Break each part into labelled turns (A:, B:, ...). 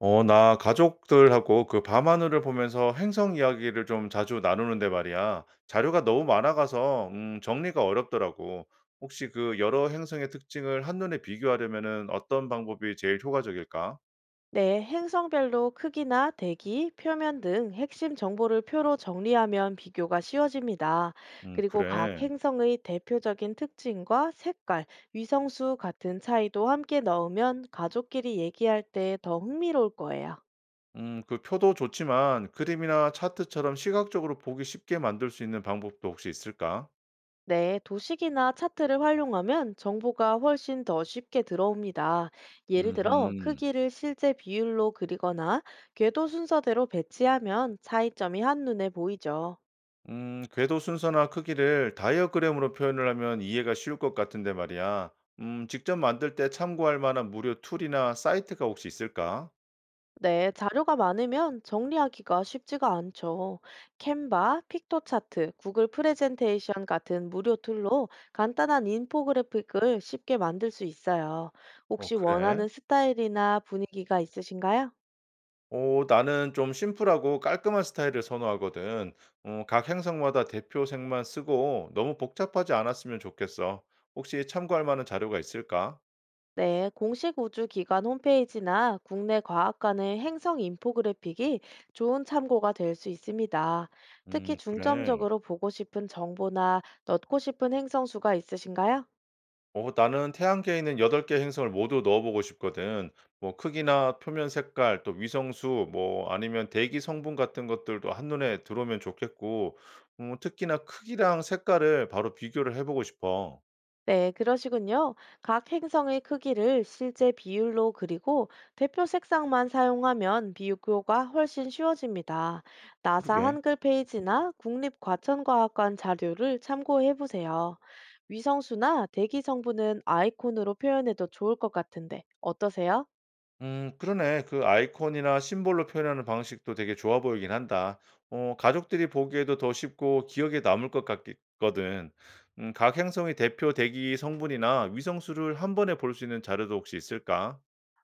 A: 나 가족들하고 그 밤하늘을 보면서 행성 이야기를 좀 자주 나누는데 말이야. 자료가 너무 많아가서 정리가 어렵더라고. 혹시 그 여러 행성의 특징을 한눈에 비교하려면은 어떤 방법이 제일 효과적일까?
B: 네, 행성별로 크기나 대기, 표면 등 핵심 정보를 표로 정리하면 비교가 쉬워집니다. 그리고 각
A: 그래.
B: 행성의 대표적인 특징과 색깔, 위성수 같은 차이도 함께 넣으면 가족끼리 얘기할 때 더 흥미로울 거예요.
A: 그 표도 좋지만 그림이나 차트처럼 시각적으로 보기 쉽게 만들 수 있는 방법도 혹시 있을까?
B: 네, 도식이나 차트를 활용하면 정보가 훨씬 더 쉽게 들어옵니다. 예를 들어,
A: 음
B: 크기를 실제 비율로 그리거나 궤도 순서대로 배치하면 차이점이 한눈에 보이죠.
A: 궤도 순서나 크기를 다이어그램으로 표현을 하면 이해가 쉬울 것 같은데 말이야. 직접 만들 때 참고할 만한 무료 툴이나 사이트가 혹시 있을까?
B: 네, 자료가 많으면 정리하기가 쉽지가 않죠. 캔바, 픽토차트, 구글 프레젠테이션 같은 무료 툴로 간단한 인포그래픽을 쉽게 만들 수 있어요.
A: 어,
B: 혹시
A: 그래?
B: 원하는 스타일이나 분위기가 있으신가요?
A: 나는 좀 심플하고 깔끔한 스타일을 선호하거든. 각 행성마다 대표 색만 쓰고 너무 복잡하지 않았으면 좋겠어. 혹시 참고할 만한 자료가 있을까?
B: 네, 공식 우주기관 홈페이지나 국내 과학관의 행성 인포그래픽이 좋은 참고가 될 수 있습니다. 특히
A: 그래.
B: 중점적으로 보고 싶은 정보나 넣고 싶은 행성 수가 있으신가요?
A: 나는 태양계에 있는 8개 행성을 모두 넣어 보고 싶거든. 뭐 크기나 표면 색깔 또 위성수 뭐 아니면 대기 성분 같은 것들도 한눈에 들어오면 좋겠고 특히나 크기랑 색깔을 바로 비교를 해 보고 싶어.
B: 네, 그러시군요. 각 행성의 크기를 실제 비율로 그리고 대표 색상만 사용하면 비교가 훨씬 쉬워집니다. 나사
A: 그러게.
B: 한글 페이지나 국립과천과학관 자료를 참고해 보세요. 위성수나 대기 성분은 아이콘으로 표현해도 좋을 것 같은데 어떠세요?
A: 그러네. 그 아이콘이나 심볼로 표현하는 방식도 되게 좋아 보이긴 한다. 가족들이 보기에도 더 쉽고 기억에 남을 것 같거든. 각 행성의 대표 대기 성분이나 위성수를 한번에 볼 수 있는 자료도 혹시 있을까?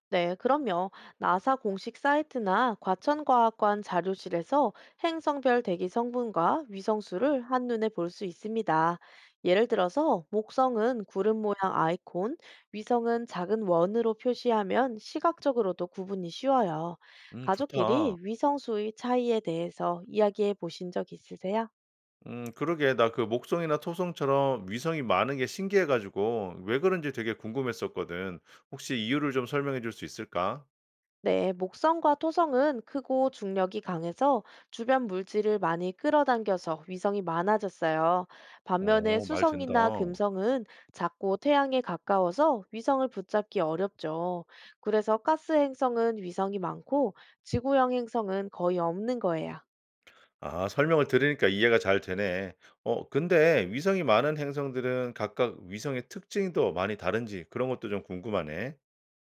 B: 네, 그럼요. 나사 공식 사이트나 과천과학관 자료실에서 행성별 대기 성분과 위성 수를 한눈에 볼 수 있습니다. 예를 들어서 목성은 구름 모양 아이콘, 위성은 작은 원으로 표시하면 시각적으로도 구분이 쉬워요.
A: 좋다.
B: 가족끼리 위성 수의 차이에 대해서 이야기해 보신 적 있으세요?
A: 그러게 나 그 목성이나 토성처럼 위성이 많은 게 신기해 가지고 왜 그런지 되게 궁금했었거든. 혹시 이유를 좀 설명해 줄 수 있을까?
B: 네, 목성과 토성은 크고 중력이 강해서 주변 물질을 많이 끌어당겨서 위성이 많아졌어요. 반면에
A: 어, 말 된다.
B: 수성이나 금성은 작고 태양에 가까워서 위성을 붙잡기 어렵죠. 그래서 가스 행성은 위성이 많고 지구형 행성은 거의 없는 거예요.
A: 아, 설명을 들으니까 이해가 잘 되네. 근데 위성이 많은 행성들은 각각 위성의 특징도 많이 다른지 그런 것도 좀 궁금하네.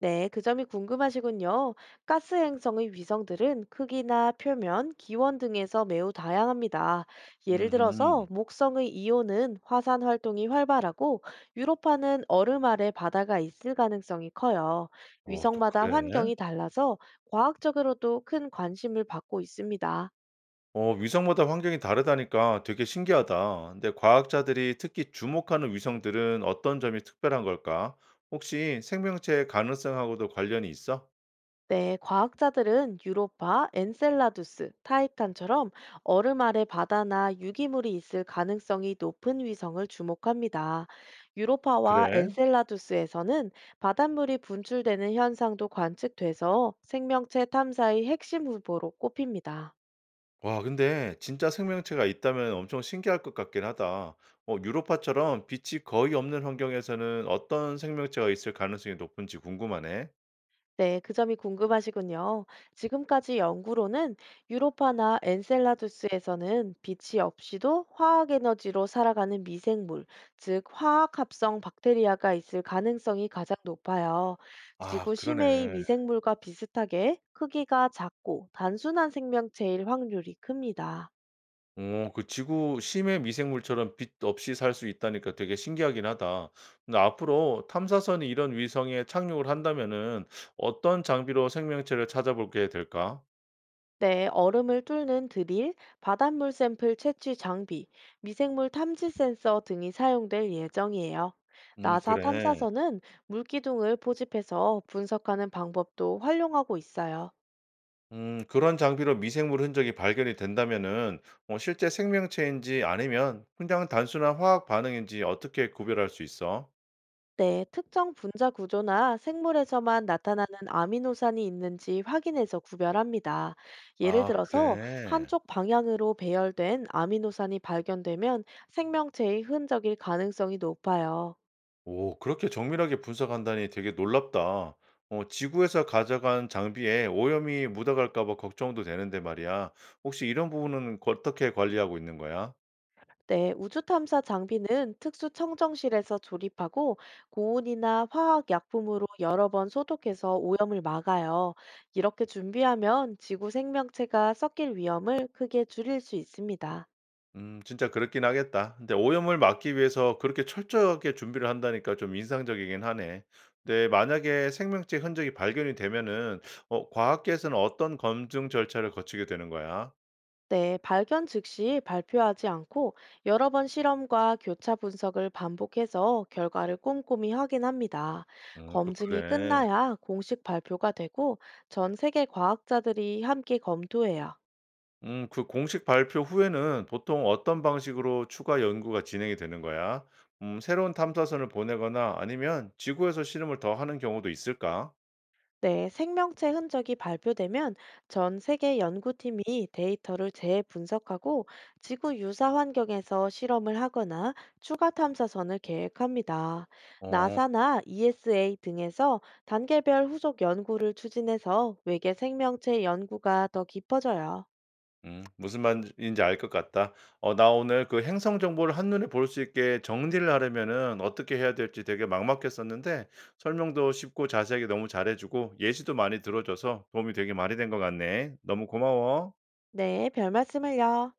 B: 네, 그 점이 궁금하시군요. 가스 행성의 위성들은 크기나 표면, 기원 등에서 매우 다양합니다. 예를 들어서
A: 음흠.
B: 목성의 이오는 화산 활동이 활발하고 유로파는 얼음 아래 바다가 있을 가능성이 커요.
A: 어, 또
B: 위성마다
A: 그래?
B: 환경이 달라서 과학적으로도 큰 관심을 받고 있습니다.
A: 위성마다 환경이 다르다니까 되게 신기하다. 근데 과학자들이 특히 주목하는 위성들은 어떤 점이 특별한 걸까? 혹시 생명체의 가능성하고도 관련이 있어?
B: 네, 과학자들은 유로파, 엔셀라두스, 타이탄처럼 얼음 아래 바다나 유기물이 있을 가능성이 높은 위성을 주목합니다. 유로파와
A: 그래?
B: 엔셀라두스에서는 바닷물이 분출되는 현상도 관측돼서 생명체 탐사의 핵심 후보로 꼽힙니다.
A: 와, 근데 진짜 생명체가 있다면 엄청 신기할 것 같긴 하다. 유로파처럼 빛이 거의 없는 환경에서는 어떤 생명체가 있을 가능성이 높은지 궁금하네.
B: 네, 그 점이 궁금하시군요. 지금까지 연구로는 유로파나 엔셀라두스에서는 빛이 없이도 화학 에너지로 살아가는 미생물, 즉 화학 합성 박테리아가 있을 가능성이 가장 높아요.
A: 아,
B: 지구
A: 그러네.
B: 심해의 미생물과 비슷하게 크기가 작고 단순한 생명체일 확률이 큽니다.
A: 그 지구 심해 미생물처럼 빛 없이 살 수 있다니까 되게 신기하긴 하다. 근데 앞으로 탐사선이 이런 위성에 착륙을 한다면은 어떤 장비로 생명체를 찾아보게 될까?
B: 네, 얼음을 뚫는 드릴, 바닷물 샘플 채취 장비, 미생물 탐지 센서 등이 사용될 예정이에요. 나사
A: 그래.
B: 탐사선은 물기둥을 포집해서 분석하는 방법도 활용하고 있어요.
A: 그런 장비로 미생물 흔적이 발견이 된다면은 실제 생명체인지 아니면 그냥 단순한 화학 반응인지 어떻게 구별할 수 있어?
B: 네, 특정 분자 구조나 생물에서만 나타나는 아미노산이 있는지 확인해서 구별합니다. 예를
A: 아
B: 들어서
A: 그래.
B: 한쪽 방향으로 배열된 아미노산이 발견되면 생명체의 흔적일 가능성이 높아요.
A: 오, 그렇게 정밀하게 분석한다니 되게 놀랍다. 지구에서 가져간 장비에 오염이 묻어갈까 봐 걱정도 되는데 말이야. 혹시 이런 부분은 어떻게 관리하고 있는 거야?
B: 네, 우주 탐사 장비는 특수 청정실에서 조립하고 고온이나 화학 약품으로 여러 번 소독해서 오염을 막아요. 이렇게 준비하면 지구 생명체가 섞일 위험을 크게 줄일 수 있습니다.
A: 진짜 그렇긴 하겠다. 근데 오염을 막기 위해서 그렇게 철저하게 준비를 한다니까 좀 인상적이긴 하네. 근데 만약에 생명체 흔적이 발견이 되면은 과학계에서는 어떤 검증 절차를 거치게 되는 거야?
B: 네, 발견 즉시 발표하지 않고 여러 번 실험과 교차 분석을 반복해서 결과를 꼼꼼히 확인합니다.
A: 또
B: 검증이
A: 그래.
B: 끝나야 공식 발표가 되고 전 세계 과학자들이 함께 검토해요.
A: 그 공식 발표 후에는 보통 어떤 방식으로 추가 연구가 진행이 되는 거야? 새로운 탐사선을 보내거나 아니면 지구에서 실험을 더 하는 경우도 있을까?
B: 네, 생명체 흔적이 발표되면 전 세계 연구팀이 데이터를 재분석하고 지구 유사 환경에서 실험을 하거나 추가 탐사선을 계획합니다.
A: 어,
B: 나사나 ESA 등에서 단계별 후속 연구를 추진해서 외계 생명체 연구가 더 깊어져요.
A: 무슨 말인지 알 것 같다. 나 오늘 그 행성 정보를 한눈에 볼 수 있게 정리를 하려면은 어떻게 해야 될지 되게 막막했었는데 설명도 쉽고 자세하게 너무 잘해주고 예시도 많이 들어줘서 도움이 되게 많이 된 것 같네. 너무 고마워.
B: 네, 별 말씀을요.